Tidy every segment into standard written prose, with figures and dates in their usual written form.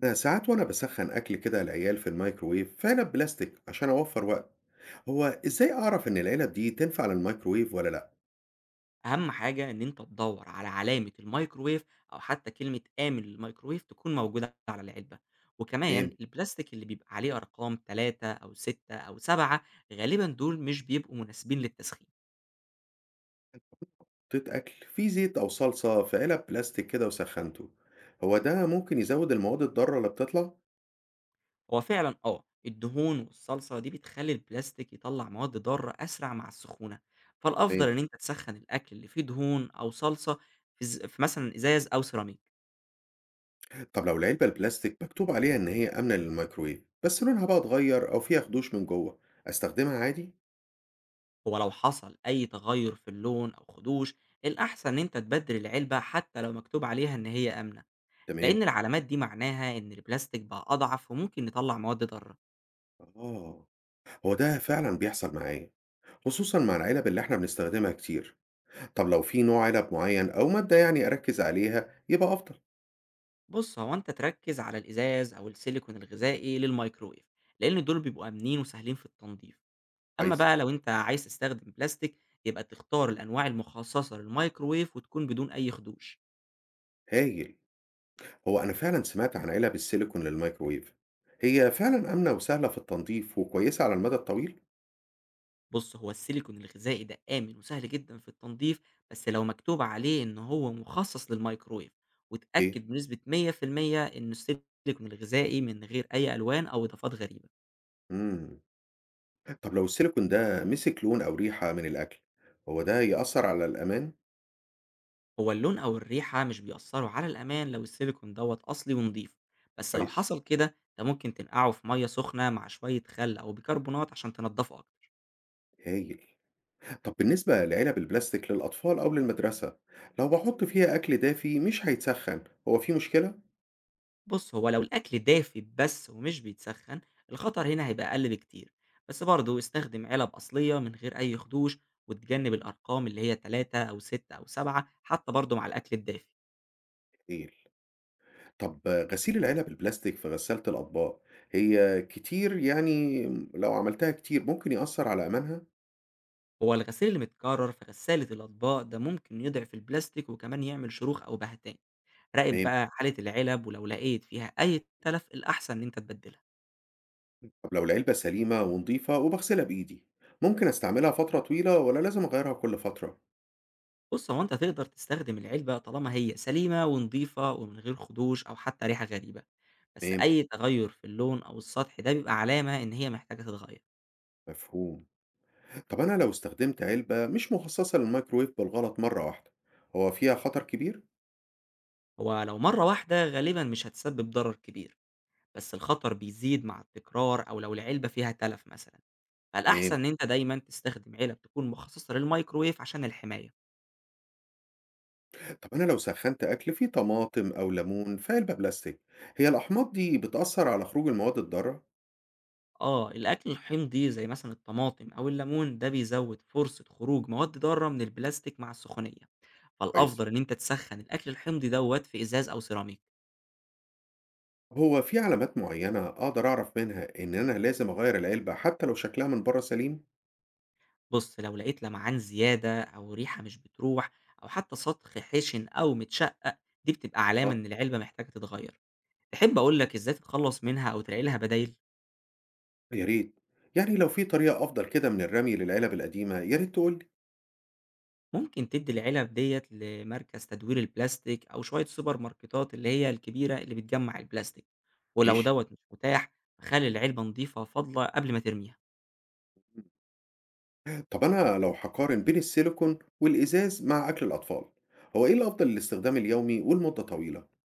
ده ساعات وانا بسخن اكل كده العيال في الميكروويف في علب بلاستيك عشان اوفر وقت. هو ازاي اعرف ان العلب دي تنفع للميكروويف ولا لا؟ أهم حاجة إن أنت تدوّر على علامة الميكروويف أو حتى كلمة آمن للميكروويف تكون موجودة على العلبة، وكمان ايه؟ البلاستيك اللي بيبقى عليه أرقام 3 أو 6 أو 7 غالبًا دول مش بيبقوا مناسبين للتسخين. حطيت اكل فيه زيت او صلصة في علب بلاستيك كده وسخنته، هو ده ممكن يزود المواد الضارة اللي بتطلع؟ هو فعلًا آه، الدهون والصلصة دي بتخلّي البلاستيك يطلّع مواد ضارة أسرع مع السخونة، فالأفضل تمام. إن أنت تسخّن الأكل اللي فيه دهون أو صلصة في مثلًا إزاز أو سيراميك. طب لو العلبة البلاستيك مكتوب عليها ان هي امنة للميكروويف، بس لونها بقى اتغير او فيها خدوش من جوه، استخدمها عادي؟ هو لو حصل أي تغير في اللون أو خدوش الأحسن إن أنت تبدل العلبة حتى لو مكتوب عليها إن هي آمنة تمام. لأن العلامات دي معناها إن البلاستيك بقى أضعف وممكن يطلع مواد ضارة. اه. هو ده فعلا بيحصل معايا، خصوصا مع العلب اللي احنا بنستخدمها كتير. طب لو في نوع علب معين أو مادة يعني أركز عليها يبقى أفضل؟ بص هو أنت تركز على الإزاز أو السيليكون الغذائي للميكرويف لأن دول بيبقوا آمنين وسهلين في التنظيف. أما كويس. بقى لو أنت عايز تستخدم بلاستيك يبقى تختار الأنواع المخصصة للميكرويف وتكون بدون أي خدوش. هايل. هو أنا فعلا سمعت عن علب السيليكون للميكروويف، هي فعلا آمنة وسهلة في التنظيف وكويسة على المدى الطويل؟ بُص، هو السيليكون الغذائي ده آمن وسهل جدًا في التنضيف، بس لو مكتوب عليه إن هو مخصص للميكروويف، إيه؟ واتأكد بنسبة 100% إنه السيليكون الغذائي من غير أي ألوان أو إضافات غريبة. مم. طب لو السيليكون ده مسك لون أو ريحة من الأكل، هو ده يأثر على الأمان؟ هو اللون أو الريحة مش بيأثروا على الأمان لو السيليكون دوّة أصلي ونضيف، بس لو كويس. حصل كده أنت ممكن تنقعه في مَيّة سخنة مع شوية خل أو بيكربونات عشان تنضفه أكتر. هايل. طب بالنسبة لعلب البلاستيك للأطفال أو للمدرسة، لو بحط فيها أكل دافي مش هيتسخن، هو في مشكلة؟ بُص، هو لو الأكل دافي بس ومش بيتسخّن، الخطر هنا هيبقى أقل بكتير، بس برضه استخدم علب أصلية من غير أي خدوش وتجنب الأرقام اللي هي 3 أو 6 أو 7 حتى برضه مع الأكل الدافي. هايل. طب غسيل العلب البلاستيك في غسالة الأطباق، هي كتير يعني، لو عملتها كتير ممكن يأثر على أمانها؟ هو الغسيل اللي متكرر في غسالة الأطباق ده ممكن يضعف البلاستيك وكمان يعمل شروخ أو بهتان. راقب تمام. بقى حالة العلب ولو لقيت فيها أي تلف الأحسن إن أنت تبدلها. طب لو العلبة سليمة ونضيفة وبغسلها بإيدي، ممكن أستعملها فترة طويلة ولا لازم أغيرها كل فترة؟ بُص، هو أنت تقدر تستخدم العلبة طالما هي سليمة ونضيفة ومن غير خدوش أو حتى ريحة غريبة. بس تمام. أي تغيُّر في اللون أو السطح ده بيبقى علامة إن هي محتاجة تتغيّر، مفهوم. طب أنا لو استخدمت علبة مش مخصصة للميكرويف بالغلط مرة واحدة، هو فيها خطر كبير؟ هو لو مرّة واحدة غالبًا مش هتسبب ضرر كبير، بس الخطر بيزيد مع التكرار أو لو العلبة فيها تلف مثلًا، فالأحسن تمام. إن أنت دايمًا تستخدم علب تكون مخصصة للمايكروويف عشان الحماية. طب أنا لو سخنت أكل فيه طماطم أو ليمون في علبة بلاستيك، هي الأحماض دي بتأثر على خروج المواد الضارة؟ آه، الأكل الحمضي زي مثلًا الطماطم أو الليمون ده بيزوّد فرصة خروج مواد ضارة من البلاستيك مع السخونية، كويس. فالأفضل إن أنت تسخّن الأكل الحمضي دوّة في إزاز أو سيراميك. هو في علامات معينة أقدر أعرف منها إن أنا لازم أغير العلبة حتى لو شكلها من بره سليم؟ بُص، لو لقيت لمعان زيادة أو ريحة مش بتروح أو حتى سطح خشن أو متشقق، دي بتبقى علامة آه. إن العلبة محتاجة تتغير. تحب أقول لك إزاي تتخلص منها أو تلاقي لها بدايل؟ يا ريت، يعني لو في طريقة أفضل كده من الرمي للعلب القديمة يا ريت تقولي. ممكن تدّي العلب ديّة لمركز تدوير البلاستيك أو شوية سوبر ماركتات اللي هي الكبيرة اللي بتجمّع البلاستيك، ولو ماشي. دوّة مش متاح، خلّي العلبة نضيفة فاضلة قبل ما ترميها. طب أنا لو هقارن بين السيليكون والإزاز مع أكل الأطفال، هو إيه الأفضل للاستخدام اليومي والمدة طويلة؟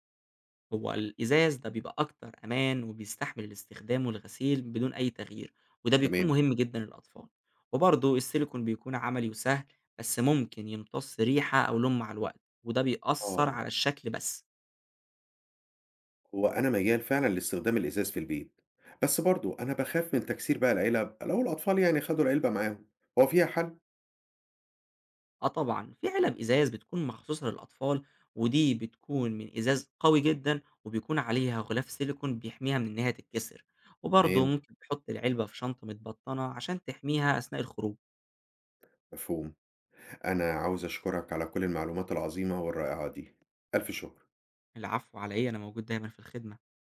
هو الإزاز ده بيبقى أكتر أمان وبيستحمل الاستخدام والغسيل بدون أي تغيير وده بيكون تمام. مهم جدا للأطفال. وبرضه السيليكون بيكون عملي وسهل بس ممكن يمتص ريحة أو لون مع الوقت وده بيأثر آه. على الشكل بس. هو أنا ميال فعلا لاستخدام الإزاز في البيت، بس برضو أنا بخاف من تكسير بقى العلب لو الأطفال يعني خدوا العلبة معاهم، هو فيها حل؟ اه طبعا في علب إزاز بتكون مخصوصة للأطفال ودي بتكون من إزاز قوي جدا وبيكون عليها غلاف سيليكون بيحميها من إنها تتكسر. وبرضه تمام. ممكن تحط العلبة في شنطة متبطنة عشان تحميها أثناء الخروج. مفهوم. أنا عاوز أشكرك على كل المعلومات العظيمة والرائعة دي، ألف شكر. العفو، على إيه، أنا موجود دايما في الخدمة.